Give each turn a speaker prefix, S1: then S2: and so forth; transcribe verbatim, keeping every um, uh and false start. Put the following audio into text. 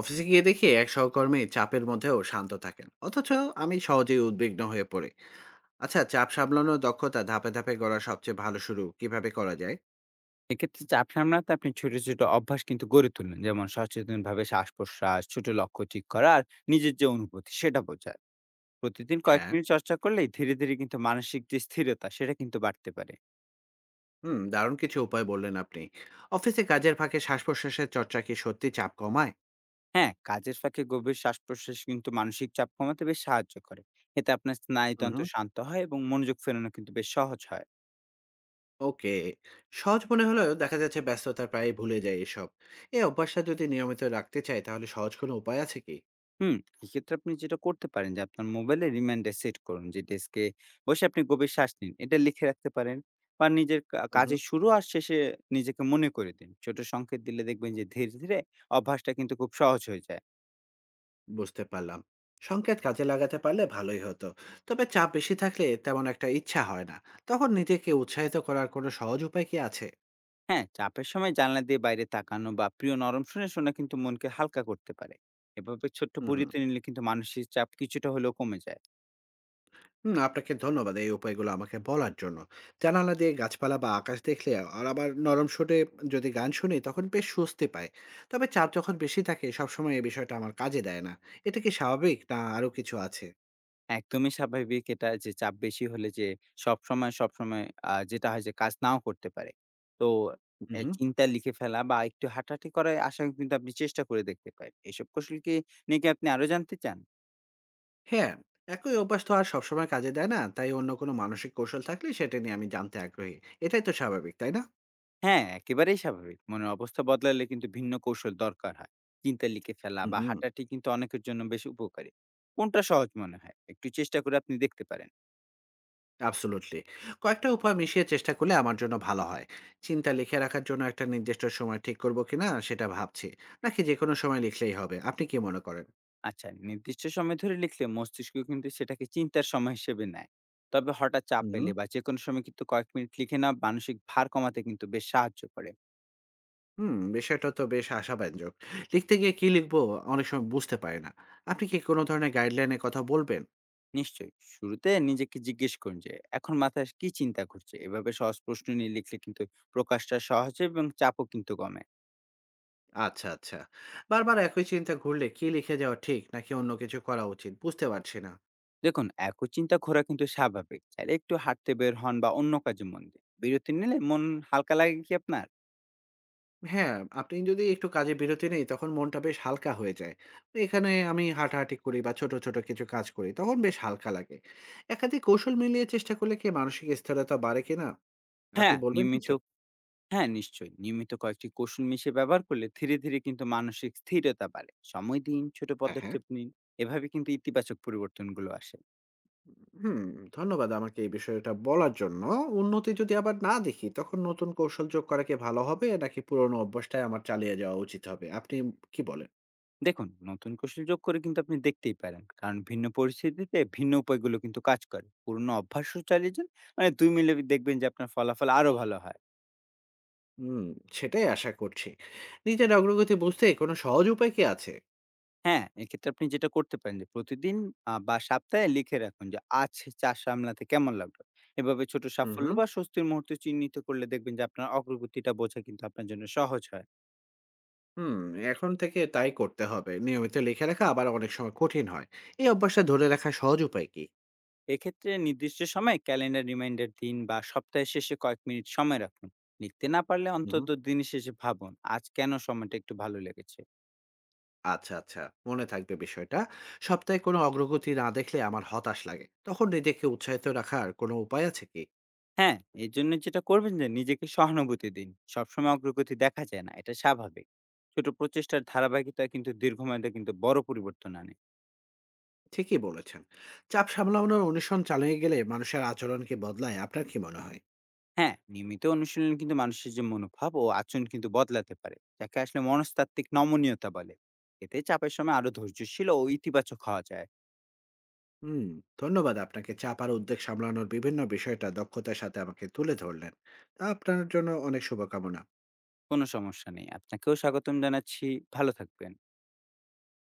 S1: অফিসে গিয়ে দেখি এক সহকর্মী চাপের মধ্যেও শান্ত থাকেন, অথচ আমি সহজেই উদ্বিগ্ন হয়ে পড়ি। আচ্ছা, চাপ সামলানোর দক্ষতা ধাপে ধাপে করা সবচেয়ে ভালো, শুরু কিভাবে করা যায়?
S2: এক্ষেত্রে চাপ সামলাতে আপনি ছোট, ছোট অভ্যাস কিন্তু গড়ে তুলুন। যেমন সচেতনভাবে শ্বাস-প্রশ্বাস, ছোট লক্ষ্য ঠিক করা আর নিজের যে অনুভূতি সেটা বোঝা। প্রতিদিন কয়েক
S1: হ্যাঁ।
S2: মিনিট চর্চা করলেই ধীরে, ধীরে কিন্তু মানসিক যে স্থিরতা সেটা কিন্তু বাড়তে পারে।
S1: হুম দারুণ কিছু উপায় বললেন আপনি। অফিসে কাজের ফাঁকে শ্বাস প্রশ্বাসের চর্চা কি সত্যি চাপ কমায়?
S2: হ্যাঁ, কাজের ফাঁকে গভীর শ্বাস-প্রশ্বাস কিন্তু মানসিক চাপ কমাতে বেশ সাহায্য করে। এতে আপনার
S1: হুম
S2: স্নায়ুতন্ত্র
S1: হুম
S2: শান্ত হয় এবং মনোযোগ ফেরানো কিন্তু বেশ সহজ হয়।
S1: ওকে। সহজ মনে হলেও দেখা যাচ্ছে ব্যস্ততা প্রায় ভুলে যায় এসব। এই অভ্যাসটা যদি নিয়মিত রাখতে চাই, তাহলে সহজ কোনো উপায় আছে কি?
S2: হুম, এক্ষেত্রে আপনি যেটা করতে পারেন যে আপনার মোবাইলে রিমাইন্ডার সেট করুন যে ডেস্কে বসে আপনি গভীর শ্বাস নিন। এটা লিখে রাখতে পারেন বা নিজের কা
S1: হুম হুম
S2: কাজের শুরু আর শেষে নিজেকে মনে করে দিন। ছোট সংকেত দিলে দেখবেন যে ধীরে, ধীরে অভ্যাসটা কিন্তু খুব সহজ হয়ে যায়।
S1: বুঝতে পারলাম। সংকেত কাজে লাগাতে পারলে ভালোই হতো। তবে চাপ বেশি থাকলে তেমন একটা ইচ্ছা হয় না। তখন নিজেকে উৎসাহিত করার কোনো সহজ উপায় কি আছে?
S2: হ্যাঁ, চাপের সময় জানলা দিয়ে বাইরে তাকানো বা প্রিয় নরম সুরে শোনা কিন্তু মনকে হালকা করতে পারে। এভাবে ছোট্ট
S1: হুম হুম
S2: পরিতে নিলে কিন্তু মানসিক চাপ কিছুটা হলেও কমে যায়।
S1: হুম, আপনাকে ধন্যবাদ এই উপায়গুলো আমাকে বলার জন্য। জানালা দিয়ে গাছপালা বা আকাশ দেখলে আর আবার নরম সুরে যদি গান শুনি তখন বেশ স্বস্তি পায়। তবে চাপ যখন বেশি থাকে সবসময় এই বিষয়টা আমার কাজে দেয় না। এটা কি স্বাভাবিক, না আরো কিছু আছে?
S2: একদমই স্বাভাবিক এটা যে চাপ বেশি হলে যে সবসময়, সবসময় আ যেটা হয় যে কাজ নাও করতে পারে। তো
S1: হুম
S2: এ
S1: হুম
S2: চিন্তা লিখে ফেলা বা একটু হাঁটাহাঁটি করার আশা কিন্তু আপনি চেষ্টা করে দেখতে পারেন। এসব কৌশল কি নিয়ে কি আপনি আরো জানতে চান?
S1: হ্যাঁ, একই অভ্যাস তো আর সবসময় কাজে দেয় না। তাই অন্য কোনো মানসিক কৌশল থাকলে সেটা নিয়ে আমি জানতে আগ্রহী। এটাই তো স্বাভাবিক, তাই না?
S2: হ্যাঁ, একেবারেই স্বাভাবিক। মনের অবস্থা বদলালে কিন্তু ভিন্ন কৌশল দরকার হয়। চিন্তা লিখে ফেলা বা
S1: উহুম।
S2: হাঁটাহাঁটি কিন্তু অনেকের জন্য বেশ উপকারী। কোনটা সহজ মনে হয়? একটু চেষ্টা করে আপনি দেখতে পারেন।
S1: Absolutely. কয়েকটা উপায় মিশিয়ে চেষ্টা করলে আমার জন্য ভালো হয়। চিন্তা লিখে রাখার জন্য একটা নির্দিষ্ট সময় ঠিক করব কিনা সেটা ভাবছি। নাকি যেকোনো সময় লিখলেই হবে? আপনি কি মনে করেন?
S2: আচ্ছা, নির্দিষ্ট সময় ধরে লিখলে মস্তিষ্ক কিন্তু সেটাকে চিন্তার সময় হিসেবে নেয়। তবে হঠাৎ চাপ পেলে
S1: উহুম।
S2: বা যেকোনো সময় কিন্তু কয়েক মিনিট লিখে নেওয়া মানসিক ভার কমাতে কিন্তু বেশ সাহায্য করে।
S1: হুম, বিষয়টা তো বেশ আশাব্যঞ্জক। লিখতে গিয়ে কি লিখবো অনেক সময় বুঝতে পারি না। আপনি কি কোনো ধরনের গাইডলাইন এর কথা বলবেন?
S2: নিশ্চয়ই, শুরুতে নিজেকে জিজ্ঞেস করুন যে, "এখন মাথায় কি চিন্তা ঘুরছে?" এভাবে সহজ প্রশ্ন নিয়ে লিখলে কিন্তু প্রকাশটা সহজ হয় এবং চাপও কিন্তু কমে।
S1: আচ্ছা, আচ্ছা। বারবার একই চিন্তা ঘুরলে কি লিখে যাওয়া ঠিক, নাকি অন্য কিছু করা উচিত বুঝতে পারছি না।
S2: দেখুন, একই চিন্তা ঘোরা কিন্তু স্বাভাবিক। চাইলে একটু হাঁটতে বের হন বা অন্য কাজে মন দিন। বিরতি নিলে মন হালকা লাগে কি আপনার?
S1: হ্যাঁ, আপনি যদি একটু কাজে বিরতি নেই তখন মনটা বেশ হালকা হয়ে যায়। এখানে আমি হাঁটাহাঁটি করি বা ছোট, ছোট কিছু কাজ করি তখন বেশ হালকা লাগে। একাধিক কৌশল মিলিয়ে চেষ্টা করলে কি মানসিক স্থিরতা বাড়ে কিনা? আপনি
S2: হ্যাঁ,
S1: বলবেন
S2: নিয়মিত
S1: কিছু?
S2: হ্যাঁ নিশ্চয়ই, নিয়মিত কয়েকটি কৌশল মিশিয়ে ব্যবহার করলে ধীরে ধীরে কিন্তু মানসিক স্থিরতা বাড়ে। সময় দিন, ছোট
S1: হ্যাঁ, হ্যাঁ।
S2: পদক্ষেপ নিন। এভাবে কিন্তু ইতিবাচক পরিবর্তনগুলো আসে।
S1: হুম, ধন্যবাদ আমাকে এই বিষয়টা বলার জন্য। উন্নতি যদি আবার না দেখি তখন নতুন কৌশল যোগ করা কি ভালো হবে, নাকি পুরনো অভ্যাসটাই আমার চালিয়ে যাওয়া উচিত হবে? আপনি কি বলেন?
S2: দেখুন, নতুন কৌশল যোগ করে কিন্তু আপনি দেখতেই পারেন, কারণ ভিন্ন পরিস্থিতিতে ভিন্ন উপায়গুলো কিন্তু কাজ করে। পুরনো অভ্যাসও চালিয়ে যান, মানে দুই মিলে দেখবেন যে আপনার ফলাফল আরো ভালো হয়।
S1: হুম, সেটাই আশা করছি। নিজের অগ্রগতি বুঝতে কোনো সহজ উপায় কি আছে?
S2: হ্যাঁ, এক্ষেত্রে আপনি যেটা করতে পারেন যে প্রতিদিন আ বা সপ্তাহে লিখে রাখুন যে আজ চাষ সামলাতে কেমন লাগলো। এভাবে ছোট
S1: হুম,
S2: সাফল্য
S1: হুম।
S2: বা স্বস্তির মুহূর্ত চিহ্নিত করলে দেখবেন যে আপনার অগ্রগতিটা বোঝা কিন্তু আপনার জন্য সহজ হয়।
S1: হুম, এখন থেকে তাই করতে হবে। নিয়মিত লিখে রাখা আবার অনেক সময় কঠিন হয়। এই অভ্যাসটা ধরে রাখার সহজ উপায় কি?
S2: এক্ষেত্রে নির্দিষ্ট সময়ে ক্যালেন্ডার রিমাইন্ডার দিন বা সপ্তাহের শেষে কয়েক মিনিট সময় রাখুন। লিখতে না পারলে
S1: হুম,
S2: অন্তত
S1: হুম।
S2: দিনের শেষে ভাবুন, আজ কেন সময়টা একটু ভালো লেগেছে।
S1: আচ্ছা, আচ্ছা। মনে থাকবে বিষয়টা। সপ্তাহে কোনো অগ্রগতি না দেখলে আমার হতাশ লাগে। তখন নিজেকে উৎসাহিত রাখার কোনো উপায় আছে কি?
S2: হ্যাঁ, এর জন্য যেটা করবেন যে নিজেকে সহানুভূতি দিন। সবসময় অগ্রগতি দেখা যায় না, এটা স্বাভাবিক। ছোট প্রচেষ্টার ধারাবাহিকতা কিন্তু দীর্ঘমেয়াদে কিন্তু বড় পরিবর্তন আনে।
S1: ঠিকই বলেছেন। চাপ সামলানোর অনুশীলন চালিয়ে গেলে মানুষের আচরণ কি বদলায়? আপনার কি মনে হয়?
S2: হ্যাঁ, নিয়মিত অনুশীলন কিন্তু মানুষের যে মনোভাব ও আচরণ কিন্তু বদলাতে পারে, যাকে আসলে মনস্তাত্ত্বিক নমনীয়তা বলে। এতে চাপের সময় আরো ধৈর্যশীল ও ইতিবাচক হওয়া যায়।
S1: হুম। ধন্যবাদ আপনাকে, চাপ আর উদ্বেগ সামলানোর বিভিন্ন বিষয়টা দক্ষতার সাথে আমাকে তুলে ধরলেন। তা আপনার জন্য অনেক শুভকামনা।
S2: কোনো সমস্যা নেই। আপনাকেও স্বাগতম জানাচ্ছি। ভালো থাকবেন।